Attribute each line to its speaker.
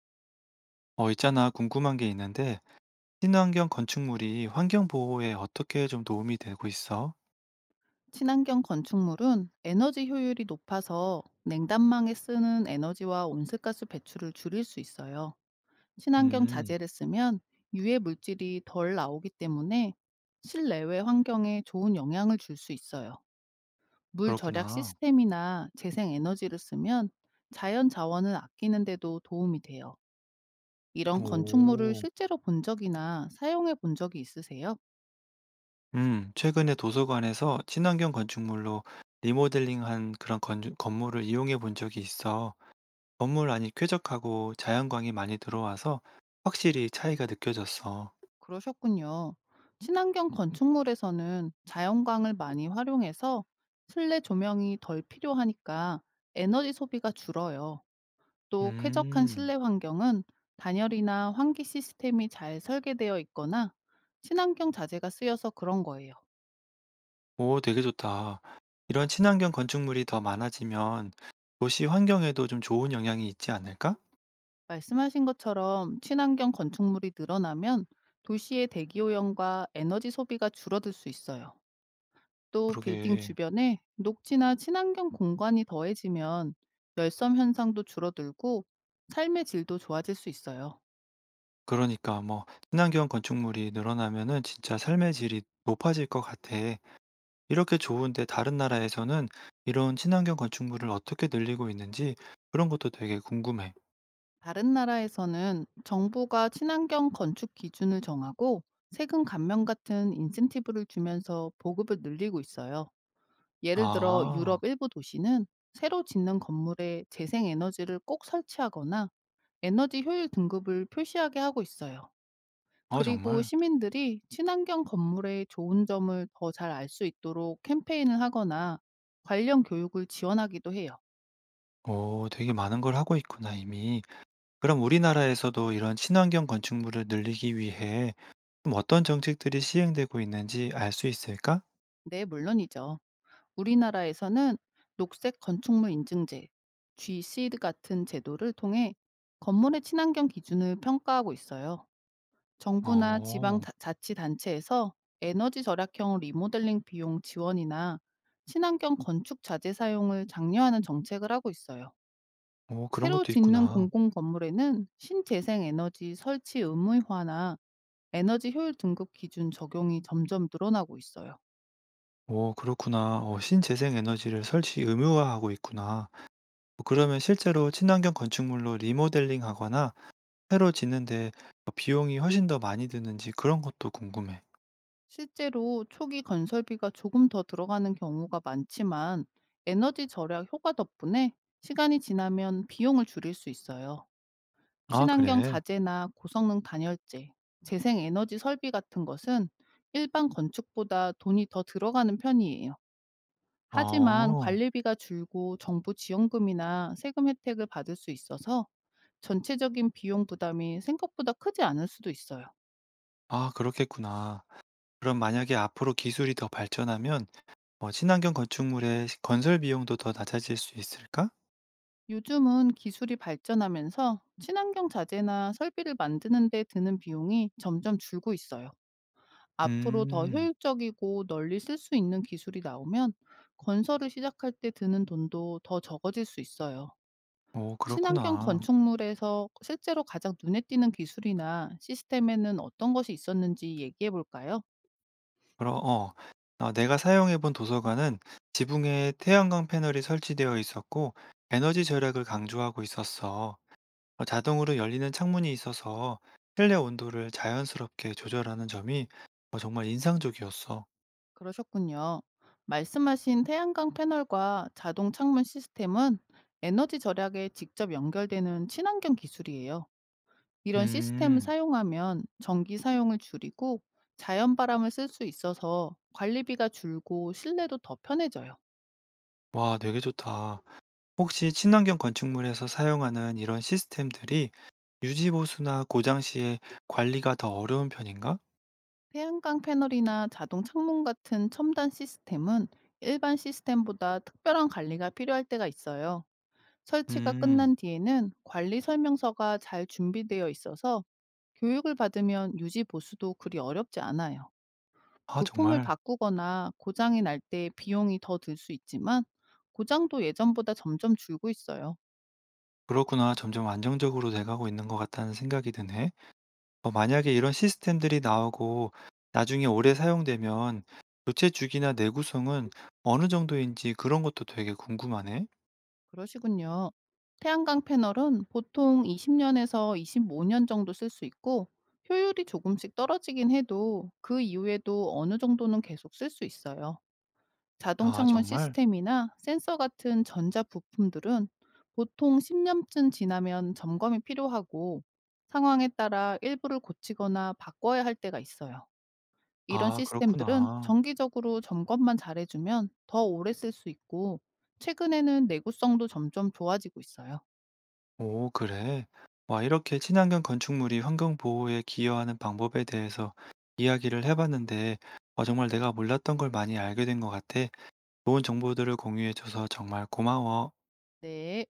Speaker 1: 있잖아. 궁금한 게 있는데, 친환경 건축물이 환경 보호에 어떻게 좀 도움이 되고 있어?
Speaker 2: 친환경 건축물은 에너지 효율이 높아서 냉난망에 쓰는 에너지와 온실가스 배출을 줄일 수 있어요. 친환경
Speaker 1: 음,
Speaker 2: 자재를 쓰면 유해 물질이 덜 나오기 때문에 실내외 환경에 좋은 영향을 줄 수 있어요. 물 절약
Speaker 1: 그렇구나.
Speaker 2: 시스템이나 재생 에너지를 쓰면 자연 자원을 아끼는데도 도움이 돼요. 이런 건축물을
Speaker 1: 오.
Speaker 2: 실제로 본 적이나 사용해 본 적이 있으세요?
Speaker 1: 최근에 도서관에서 친환경 건축물로 리모델링한 그런 건물을 이용해 본 적이 있어. 건물 안이 쾌적하고 자연광이 많이 들어와서 확실히 차이가 느껴졌어.
Speaker 2: 그러셨군요. 친환경 건축물에서는 자연광을 많이 활용해서 실내 조명이 덜 필요하니까 에너지 소비가 줄어요. 또 쾌적한 실내
Speaker 1: 음,
Speaker 2: 환경은 단열이나 환기 시스템이 잘 설계되어 있거나 친환경 자재가 쓰여서 그런 거예요.
Speaker 1: 오, 되게 좋다. 이런 친환경 건축물이 더 많아지면 도시 환경에도 좀 좋은 영향이 있지 않을까?
Speaker 2: 말씀하신 것처럼 친환경 건축물이 늘어나면 도시의 대기 오염과 에너지 소비가 줄어들 수 있어요. 또 빌딩
Speaker 1: 그러게.
Speaker 2: 주변에 녹지나 친환경 공간이 더해지면 열섬 현상도 줄어들고 삶의 질도 좋아질 수 있어요.
Speaker 1: 그러니까 뭐 "친환경 건축물이 늘어나면은 진짜 삶의 질이 높아질 것 같아." 이렇게 좋은데 다른 나라에서는 이런 친환경 건축물을 어떻게 늘리고 있는지 그런 것도 되게 궁금해.
Speaker 2: 다른 나라에서는 정부가 친환경 건축 기준을 정하고 세금 감면 같은 인센티브를 주면서 보급을 늘리고 있어요. 예를 들어 유럽
Speaker 1: 아.
Speaker 2: 일부 도시는 새로 짓는 건물에 재생 에너지를 꼭 설치하거나 에너지 효율 등급을 표시하게 하고 있어요.
Speaker 1: 어
Speaker 2: 그리고
Speaker 1: 정말?
Speaker 2: 시민들이 친환경 건물의 좋은 점을 더 잘 알 수 있도록 캠페인을 하거나 관련 교육을 지원하기도 해요.
Speaker 1: 오, 되게 많은 걸 하고 있구나 이미. 그럼 우리나라에서도 이런 친환경 건축물을 늘리기 위해 좀 어떤 정책들이 시행되고 있는지 알 수 있을까?
Speaker 2: 네, 물론이죠. 우리나라에서는 녹색 건축물 인증제, GC 같은 제도를 통해 건물의 친환경 기준을 평가하고 있어요. 정부나 지방
Speaker 1: 어.
Speaker 2: 자치단체에서 에너지 절약형 리모델링 비용 지원이나 친환경 건축 자재 사용을 장려하는 정책을 하고 있어요.
Speaker 1: 오 그런
Speaker 2: 새로
Speaker 1: 것도
Speaker 2: 짓는
Speaker 1: 있구나.
Speaker 2: 공공 건물에는 신재생 에너지 설치 의무화나 에너지 효율 등급 기준 적용이 점점 늘어나고 있어요.
Speaker 1: 오, 그렇구나. 신재생 에너지를 설치 의무화하고 있구나. 뭐 그러면 실제로 친환경 건축물로 리모델링 하거나 새로 짓는데 비용이 훨씬 더 많이 드는지 그런 것도 궁금해.
Speaker 2: 실제로 초기 건설비가 조금 더 들어가는 경우가 많지만 에너지 절약 효과 덕분에 시간이 지나면 비용을 줄일 수 있어요.
Speaker 1: 아,
Speaker 2: 친환경
Speaker 1: 그래?
Speaker 2: 자재나 고성능 단열재, 재생 에너지 설비 같은 것은 일반 건축보다 돈이 더 들어가는 편이에요. 하지만
Speaker 1: 어,
Speaker 2: 관리비가 줄고 정부 지원금이나 세금 혜택을 받을 수 있어서 전체적인 비용 부담이 생각보다 크지 않을 수도 있어요.
Speaker 1: 아, 그렇겠구나. 그럼 만약에 앞으로 기술이 더 발전하면 친환경 건축물의 건설 비용도 더 낮아질 수 있을까?
Speaker 2: 요즘은 기술이 발전하면서 친환경 자재나 설비를 만드는 데 드는 비용이 점점 줄고 있어요. 앞으로 더
Speaker 1: 음,
Speaker 2: 효율적이고 널리 쓸 수 있는 기술이 나오면 건설을 시작할 때 드는 돈도 더 적어질 수 있어요.
Speaker 1: 오,
Speaker 2: 친환경
Speaker 1: 그렇구나.
Speaker 2: 건축물에서 실제로 가장 눈에 띄는 기술이나 시스템에는 어떤 것이 있었는지 얘기해 볼까요?
Speaker 1: 그럼, 내가 사용해본 도서관은 지붕에 태양광 패널이 설치되어 있었고 에너지 절약을 강조하고 있었어. 자동으로 열리는 창문이 있어서 실내 온도를 자연스럽게 조절하는 점이 정말 인상적이었어.
Speaker 2: 그러셨군요. 말씀하신 태양광 패널과 자동 창문 시스템은 에너지 절약에 직접 연결되는 친환경 기술이에요. 이런 시스템을
Speaker 1: 음,
Speaker 2: 사용하면 전기 사용을 줄이고 자연 바람을 쓸 수 있어서 관리비가 줄고 실내도 더 편해져요.
Speaker 1: 와, 되게 좋다. 혹시 친환경 건축물에서 사용하는 이런 시스템들이 유지보수나 고장 시에 관리가 더 어려운 편인가?
Speaker 2: 태양광 패널이나 자동 창문 같은 첨단 시스템은 일반 시스템보다 특별한 관리가 필요할 때가 있어요. 설치가
Speaker 1: 음,
Speaker 2: 끝난 뒤에는 관리 설명서가 잘 준비되어 있어서 교육을 받으면 유지 보수도 그리 어렵지 않아요.
Speaker 1: 아,
Speaker 2: 부품을
Speaker 1: 정말.
Speaker 2: 바꾸거나 고장이 날 때 비용이 더 들 수 있지만 고장도 예전보다 점점 줄고 있어요.
Speaker 1: 그렇구나. 점점 안정적으로 돼가고 있는 것 같다는 생각이 드네. 만약에 이런 시스템들이 나오고 나중에 오래 사용되면 교체 주기나 내구성은 어느 정도인지 그런 것도 되게 궁금하네.
Speaker 2: 그러시군요. 태양광 패널은 보통 20년에서 25년 정도 쓸 수 있고, 효율이 조금씩 떨어지긴 해도 그 이후에도 어느 정도는 계속 쓸 수 있어요. 자동
Speaker 1: 아
Speaker 2: 창문
Speaker 1: 정말?
Speaker 2: 시스템이나 센서 같은 전자 부품들은 보통 10년쯤 지나면 점검이 필요하고, 상황에 따라 일부를 고치거나 바꿔야 할 때가 있어요. 이런
Speaker 1: 아
Speaker 2: 시스템들은
Speaker 1: 그렇구나.
Speaker 2: 정기적으로 점검만 잘해주면 더 오래 쓸 수 있고, 최근에는 내구성도 점점 좋아지고 있어요.
Speaker 1: 오 그래? 와 이렇게 친환경 건축물이 환경 보호에 기여하는 방법에 대해서 이야기를 해 봤는데 정말 내가 몰랐던 걸 많이 알게 된 것 같아. 좋은 정보들을 공유해 줘서 정말 고마워.
Speaker 2: 네.